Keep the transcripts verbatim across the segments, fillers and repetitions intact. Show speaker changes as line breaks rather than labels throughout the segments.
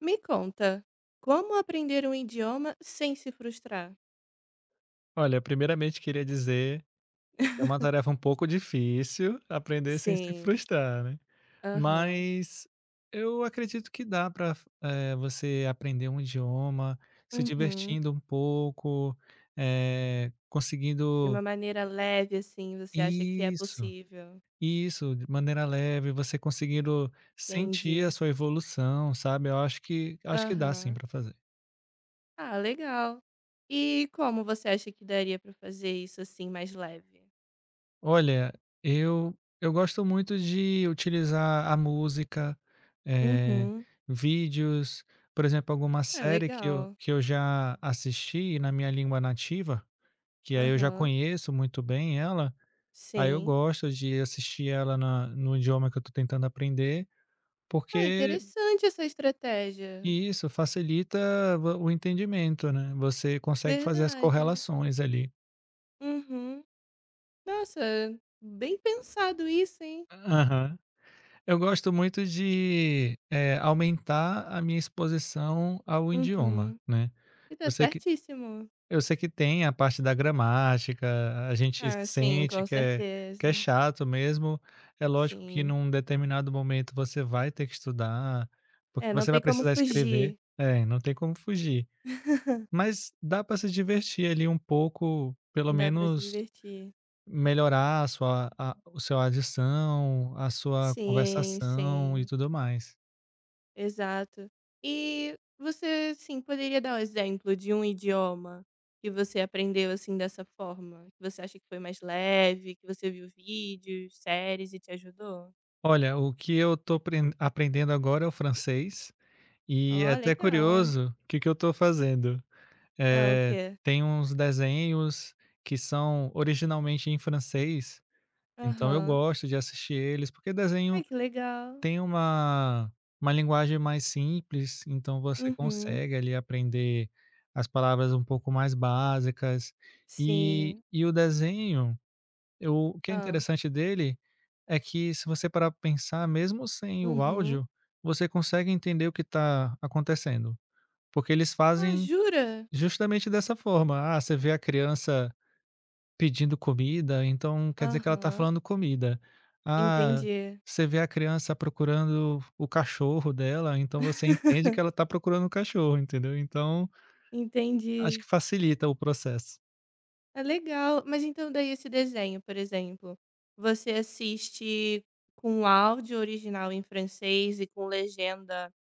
Me conta, como aprender um idioma sem se frustrar?
Olha, primeiramente queria dizer que é uma tarefa um pouco difícil aprender sem se
Sim,
frustrar, né.
aham.
Mas eu acredito que dá para você aprender um idioma se
Uhum.
divertindo um pouco, eh,
De uma
conseguindo
maneira leve, assim, você acha que é
isso,
possível?
isso, de maneira leve, você conseguindo sentir a
Entendi.
sua evolução, sabe. Eu acho que acho que dá sim
Aham.
para fazer.
Ah, legal. E como você acha que daria pra fazer isso, assim, mais leve?
Olha, eu eu gosto muito de utilizar a música, eh,
Uhum.
vídeos, por exemplo, alguma
É
série que eu
legal.
que eu já assisti na minha língua nativa, que aí eu já
Aham.
conheço muito bem ela, aí eu
Sim.
gosto de assistir ela na no idioma que eu estou tentando aprender,
Ah,
porque
interessante essa estratégia.
isso facilita vo o entendimento, né, você consegue fazer as
Verdade.
correlações ali.
Uhum. Nossa, bem pensado isso, hein?
Aham. Eu gosto muito de, eh, aumentar a minha exposição ao idioma,
Uhum.
né.
E tá
Eu sei que
certíssimo.
eu sei que tem a parte da gramática, a gente
Ah, sim,
sente
com
que é que é
certeza.
chato mesmo. É lógico que
Sim.
num determinado momento você vai ter que estudar, porque
É, não
você vai
tem como
precisar escrever
fugir.
é, não tem como fugir. Mas dá para se divertir ali um pouco, pelo
Dá pra se
menos
divertir.
melhorar a sua a o seu adição, a sua
Sim,
conversação e
sim.
tudo mais.
Exato. E você, sim, poderia dar um exemplo de um idioma que você aprendeu, assim, dessa forma? Que você acha que foi mais leve, que você viu vídeos, séries e te ajudou?
Olha, o que eu estou aprendendo agora é o francês, e é
Ó,
até
legal.
curioso o que que eu estou fazendo.
Ah, o
Eh,
quê?
tem uns desenhos que são originalmente em francês, então eu
Aham.
gosto de assistir eles, porque desenho
Ai, que legal.
tem uma uma linguagem mais simples, então você
Uhum.
consegue ali aprender as palavras um pouco mais básicas. E
Sim.
e o desenho, eu o que é
Ah.
interessante dele é que se você parar para pensar, mesmo sem o
Uhum.
áudio, você consegue entender o que está acontecendo, porque eles
Ah,
fazem
jura?
justamente dessa forma. Ah, você vê a criança pedindo comida, então quer dizer que ela está
Aham,
falando comida. Ah,
entendi,
você vê a criança procurando o cachorro dela, então você entende que ela está procurando o cachorro, entendeu? Então, acho
entendi.
que facilita o processo.
É legal, mas então daí esse desenho, por exemplo, você assiste com o áudio original em francês e com legenda,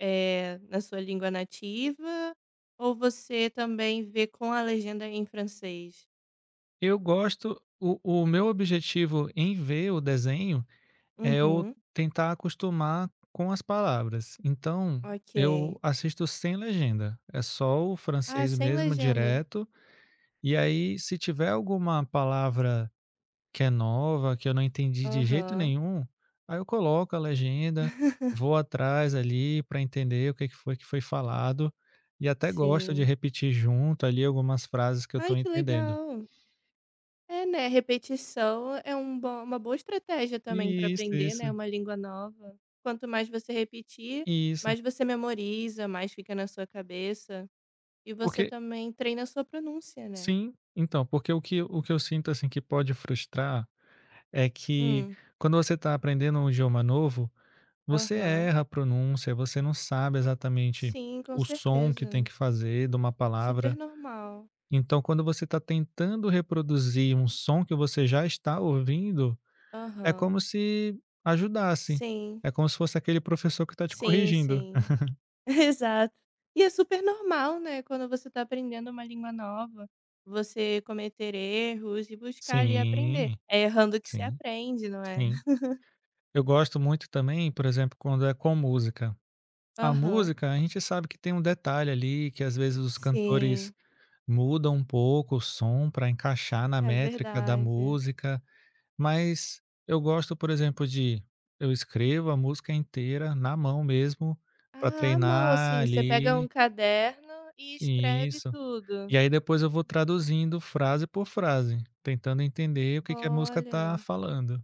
eh, na sua língua nativa, ou você também vê com a legenda em francês?
Eu gosto o o meu objetivo em ver o desenho é eu
Uhum,
tentar acostumar com as palavras. Então, eu
ok.
assisto sem legenda, é só o
Ah,
francês
sem
mesmo
legenda.
direto, e aí se tiver alguma palavra que é nova, que eu não entendi de jeito
Aham.
nenhum, aí eu coloco a legenda, vou atrás ali para entender o que que foi que foi falado, e até gosto de
Sim.
repetir junto ali algumas frases que eu
Ai,
tô
que
entendendo.
legal. É, né, repetição é um bom uma boa estratégia também para
Isso,
aprender, né,
isso,
uma língua nova. Quanto mais você repetir,
isso.
mais você memoriza, mais fica na sua cabeça e você
Porque
também treina a sua pronúncia, né.
Sim, então, porque o que o que eu sinto, assim, que pode frustrar é que
Hum,
quando você está aprendendo um idioma novo, você
aham.
erra a pronúncia, você não sabe exatamente
Sim, com
o som que
certeza.
tem que fazer de uma
Super
palavra.
normal.
Então, quando você está tentando reproduzir um som que você já está ouvindo, é
Aham.
como se ajudasse.
Sim.
É como se fosse aquele professor que está te
Sim,
corrigindo.
sim. Exato. E é super normal, né, quando você está aprendendo uma língua nova, você cometer erros e buscar ali aprender.
Sim,
É errando que se
sim,
aprende, não é?
sim. Eu gosto muito também, por exemplo, quando é com música. A
Aham.
música, a gente sabe que tem um detalhe ali, que às vezes os Hum. cantores
Sim,
mudam um pouco o som para encaixar na
é
métrica da
verdade.
música, mas eu gosto, por exemplo, de eu escrevo a música inteira na mão mesmo, para
Ah, à mão,
treinar
assim, você pega um
ali
caderno e escreve
isso.
tudo.
E aí depois eu vou traduzindo frase por frase, tentando entender o que que a música tá
Olha,
falando.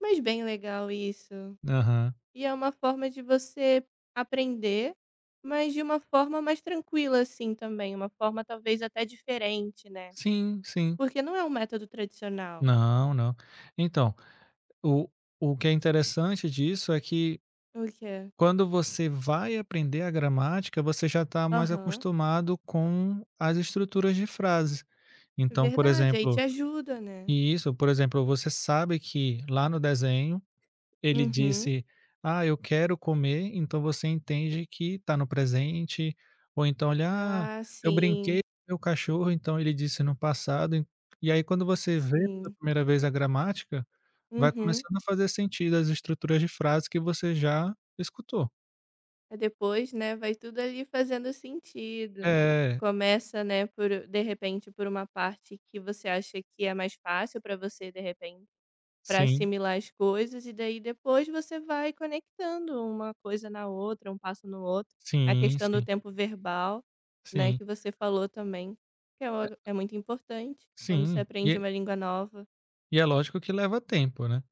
mas bem legal isso.
Aham.
E é uma forma de você aprender, mas de uma forma mais tranquila, assim, também. Uma forma talvez até diferente, né?
Sim, sim.
Porque não é um método tradicional.
Não, não. Então, o o que é interessante disso é que
O quê?
quando você vai aprender a gramática, você já está mais
Aham.
acostumado com as estruturas de frases. Então, por
Verdade, aí te
exemplo,
ajuda, né.
e isso, por exemplo, você sabe que lá no desenho ele
Uhum.
disse: "Ah, eu quero comer", então você entende que está no presente, ou então olha, "Ah,
Ah,
eu brinquei
sim,
com meu cachorro", então ele disse no passado. En E aí quando você vê pela
sim.
primeira vez a gramática, vai
Uhum.
começando a fazer sentido as estruturas de frases que você já escutou.
Aí depois, né, vai tudo ali fazendo sentido.
É.
Começa, né, por de repente, por uma parte que você acha que é mais fácil pra você, de repente para
Sim,
assimilar as coisas, e daí depois você vai conectando uma coisa na outra, um passo no outro. A
sim,
questão do
sim,
tempo verbal, né,
sim,
que você falou também, que é o é muito importante quando você
sim. E
aprende
é
uma língua nova.
e é lógico que leva tempo, né.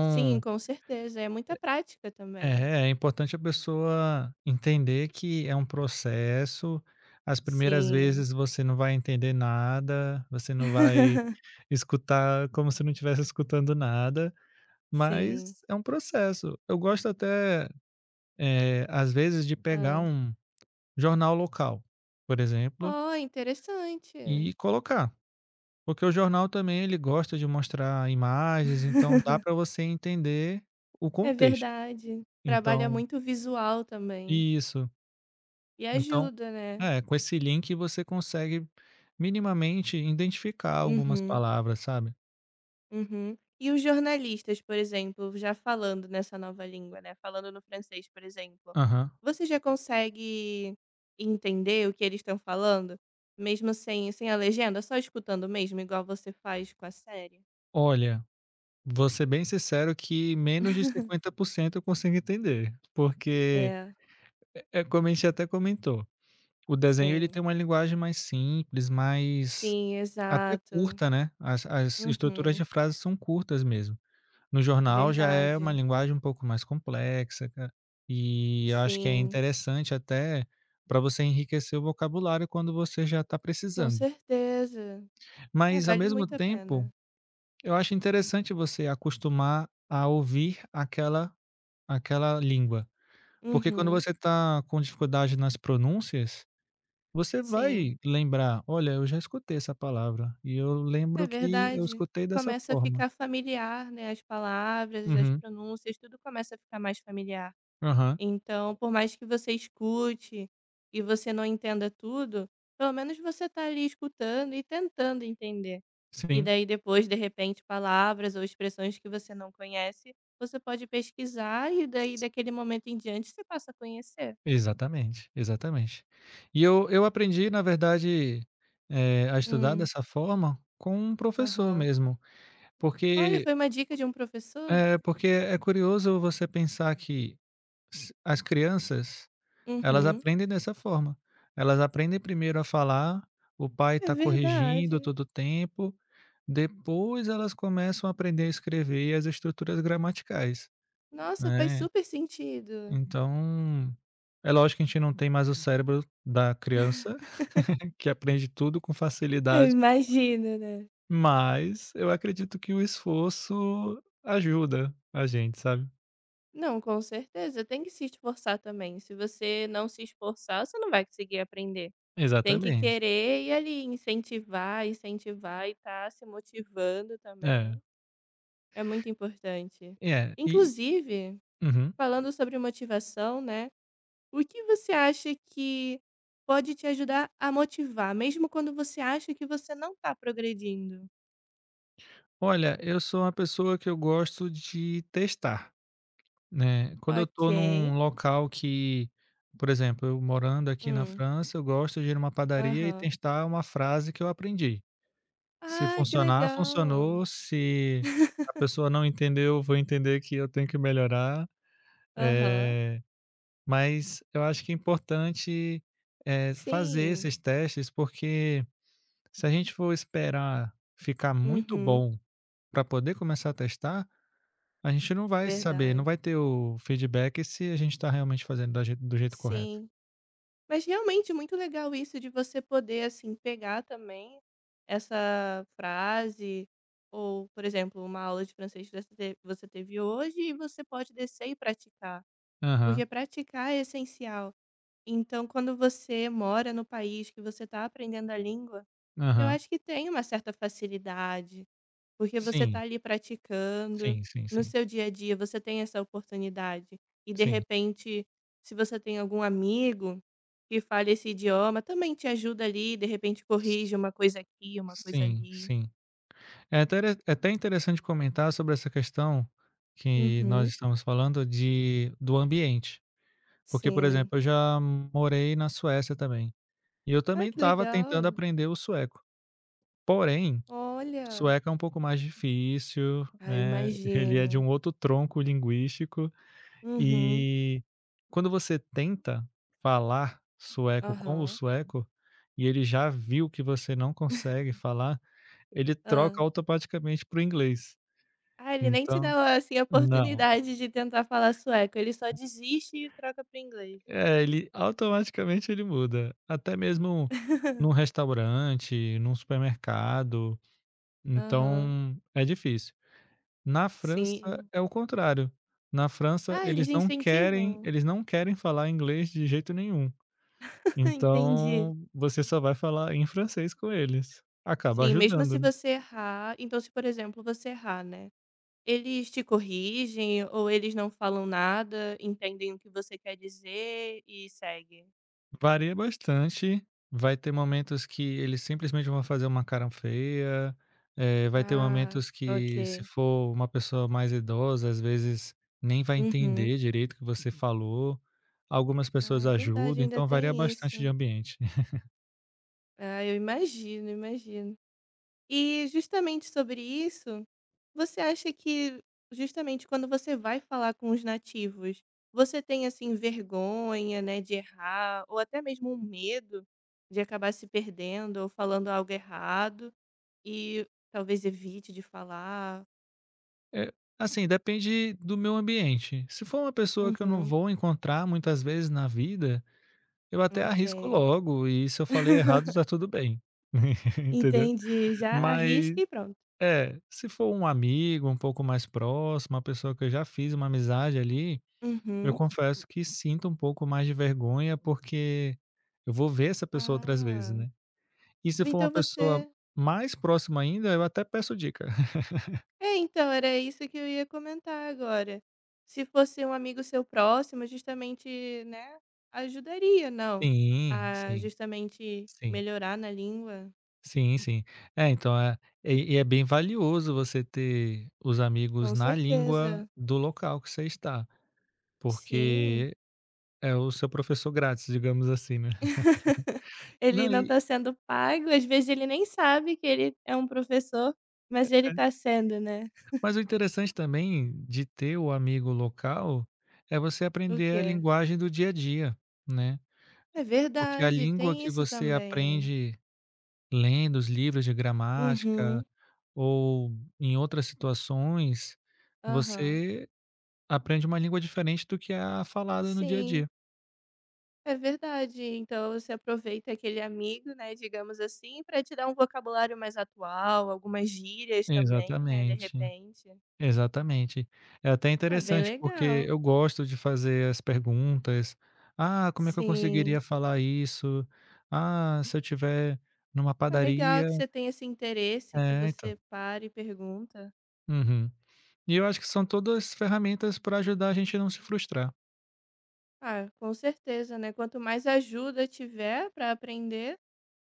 Sim, com certeza, é muita prática também.
é, é importante a pessoa entender que é um processo. As primeiras
Sim.
vezes você não vai entender nada, você não vai escutar como se não estivesse escutando nada,
Sim.
mas é um processo. Eu gosto até, eh, às vezes, de pegar
Ah.
um jornal local, por exemplo,
Oh, interessante.
e colocar. Porque o jornal também ele gosta de mostrar imagens, então dá para você entender o
É
contexto.
verdade. Trabalha
Então
muito o visual também.
isso.
E
Então
ajuda, né.
é, com esse link você consegue minimamente identificar algumas
Uhum.
palavras, sabe.
Uhum. E os jornalistas, por exemplo, já falando nessa nova língua, né, falando no francês, por exemplo,
Aham.
você já consegue entender o que eles estão falando? Mesmo sem, sem a legenda, só escutando mesmo, igual você faz com a série?
Olha, vou ser bem sincero que menos de cinquenta por cento eu consigo entender, porque
É,
é é como a gente até comentou, o desenho ele
sim.
tem uma linguagem mais simples, mais
Sim,
até
exato.
curta, né, as as estruturas
Uhum.
de frases são curtas mesmo. No jornal já é uma
Verdade.
linguagem um pouco mais complexa, ca e eu acho que é
Sim,
interessante até para você enriquecer o vocabulário quando você já está
com
precisando.
certeza. É,
Mas ao
vale
mesmo
muito a
tempo,
pena.
eu acho interessante você acostumar a ouvir aquela aquela língua, porque quando
Uhum.
você está com dificuldade nas pronúncias, você
Sim.
vai lembrar: "Olha, eu já escutei essa palavra e eu
É
lembro que eu
verdade.
escutei dessa
Começa a
forma".
ficar familiar, né, as palavras, as
Uhum.
pronúncias, tudo começa a ficar mais familiar.
Aham.
Então, por mais que você escute e você não entenda tudo, pelo menos você tá ali escutando e tentando entender. E
Sim.
daí depois, de repente, palavras ou expressões que você não conhece, você pode pesquisar e daí daquele momento em diante você passa a conhecer.
Exatamente, exatamente. E eu eu aprendi, na verdade, eh, a estudar
Hum,
dessa forma com um professor
aham.
mesmo,
Olha,
porque
foi uma dica de um professor?
é, porque é curioso você pensar que s as crianças, elas
Uhum.
aprendem dessa forma. Elas aprendem primeiro a falar, o pai
É
está corrigindo
verdade.
todo o tempo, depois elas começam a aprender a escrever as estruturas gramaticais,
Nossa, faz
né.
super sentido.
Então, é lógico que a gente não tem mais o cérebro da criança que aprende tudo com
Eu
facilidade,
imagino, né.
mas eu acredito que o esforço ajuda a gente, sabe.
Não, com certeza, tem que se esforçar também. Se você não se esforçar, você não vai conseguir aprender. Tem que
Exatamente.
querer e ali incentivar, incentivar e tá se motivando
É.
também. É muito importante.
É, e
Inclusive,
uhum.
falando sobre motivação, né, o que você acha que pode te ajudar a motivar, mesmo quando você acha que você não tá progredindo?
Olha, eu sou uma pessoa que eu gosto de testar, né. Quando eu
Ok.
tô num local que por exemplo, eu morando aqui na
Hum.
França, eu gosto de ir numa padaria e
Aham.
testar uma frase que eu aprendi. Se
Ah, que
funcionar,
legal.
funcionou, se a pessoa não entendeu, vou entender que eu tenho que melhorar, eh
Aham.
mas eu acho que é importante, eh, fazer
Sim.
esses testes, porque se a gente for esperar ficar muito
Uhum.
bom para poder começar a testar, a gente não vai saber, não
Verdade.
vai ter o feedback se a gente está realmente fazendo da jei do jeito correto.
Sim. Mas realmente muito legal isso de você poder, assim, pegar também essa frase ou, por exemplo, uma aula de francês que você te você teve hoje e você pode descer e praticar,
Aham,
porque praticar é essencial. Então, quando você mora no país que você está aprendendo a língua, eu
aham.
acho que tem uma certa facilidade. Porque você está
Sim,
ali praticando,
sim, sim,
no
sim,
seu dia a dia você tem essa oportunidade. E de
sim.
repente, se você tem algum amigo que fale esse idioma, também te ajuda ali, de repente corrige uma coisa aqui, uma
S
coisa
sim,
ali.
sim. É até é até interessante comentar sobre essa questão que nós
Uhum,
estamos falando de do ambiente. Porque, por
sim.
exemplo, eu já morei na Suécia também, e eu
Ah,
também
que
estava tentando
legal.
aprender o sueco, porém,
Olha.
sueco é um pouco mais difícil,
Ah, eu
né, ele é de
imagino.
um outro tronco linguístico,
Uhum,
e quando você tenta falar sueco com o
aham.
sueco, e ele já viu que você não consegue falar, ele troca
Hã.
automaticamente para o inglês,
Ah, ele nem te
então
dá, assim, a
não.
oportunidade de tentar falar sueco, ele só desiste e troca para inglês.
É, ele automaticamente ele muda, até mesmo num restaurante, num supermercado,
Aham.
então é difícil. Na França
Sim.
é o contrário, na França
Ah,
eles
eles
não querem
incentivam?
eles não querem falar inglês de jeito nenhum,
Entendi.
então você só vai falar em francês com eles, acaba
Sim, mesmo se
ajudando.
você errar então se, por exemplo, você errar, né, eles te corrigem ou eles não falam nada, entendem o que você quer dizer e segue?
Varia bastante. Vai ter momentos que eles simplesmente vão fazer uma cara feia, eh, vai ter
Ah,
momentos que, se
ok.
for uma pessoa mais idosa, às vezes nem vai
Uhum.
entender direito o que você falou. Algumas pessoas
Ah, verdade,
ajudam,
ainda
então varia
tem
bastante de
isso.
ambiente.
Ah, eu imagino, imagino. E justamente sobre isso, você acha que justamente quando você vai falar com os nativos, você tem assim vergonha, né, de errar ou até mesmo um medo de acabar se perdendo ou falando algo errado e talvez evite de falar?
Eh, assim, depende do meu ambiente. Se for uma pessoa que eu não
Uhum,
vou encontrar muitas vezes na vida, eu até arrisco
ok.
logo e se eu falei errado, tá tudo bem. Entendeu?
Entendi. Já
Mas
arrisca e pronto.
É, se for um amigo um pouco mais próximo, uma pessoa que eu já fiz uma amizade ali, eu
Uhum.
confesso que sinto um pouco mais de vergonha, porque eu vou ver essa pessoa outras vezes,
Ah,
né. E se for
então
uma pessoa
você.
mais próxima ainda, eu até peço dica.
É, então, era isso que eu ia comentar agora. Se fosse um amigo seu próximo, justamente, né, ajudaria, não,
Sim,
a
sim,
justamente
sim.
melhorar na língua.
Sim, sim. É, então é e e é bem valioso você ter os amigos
Com
na língua
certeza.
do local que você está,
Sim.
porque é o seu professor grátis, digamos assim, né.
Ele
Não
não
e
está sendo pago, às vezes ele nem sabe que ele é um professor, mas ele está sendo, né.
Mas o interessante também de ter o amigo local é você
O
aprender a
quê?
linguagem do dia a dia, né.
É
Porque a
verdade,
língua
tem
que
isso
você
também.
aprende lendo os livros de gramática
Uhum.
ou em outras situações,
Aham.
você aprende uma língua diferente do que é a falada no dia a dia.
Sim. É verdade. Então você aproveita aquele amigo, né, digamos assim, para te dar um vocabulário mais atual, algumas gírias também, né, de
Exatamente.
repente.
Exatamente. É até
Ah, bem
interessante, porque
legal.
eu gosto de fazer as perguntas: "Ah, como é que eu
Sim.
conseguiria falar isso? Ah, se eu tiver numa
Ah, legal
padaria".
que você tenha esse interesse, que
É, então.
você para e pergunta.
Uhum. E eu acho que são todas ferramentas para ajudar a gente a não se frustrar.
Ah, com certeza, né? Quanto mais ajuda tiver para aprender,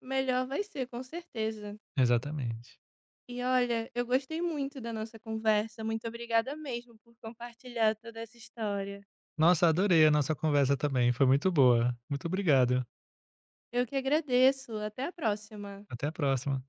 melhor vai ser, com certeza.
Exatamente.
E olha, eu gostei muito da nossa conversa. Muito obrigada mesmo por compartilhar toda essa história.
Nossa, adorei a nossa conversa também, foi muito boa. Muito obrigado.
Eu que agradeço. Até a próxima.
Até a próxima.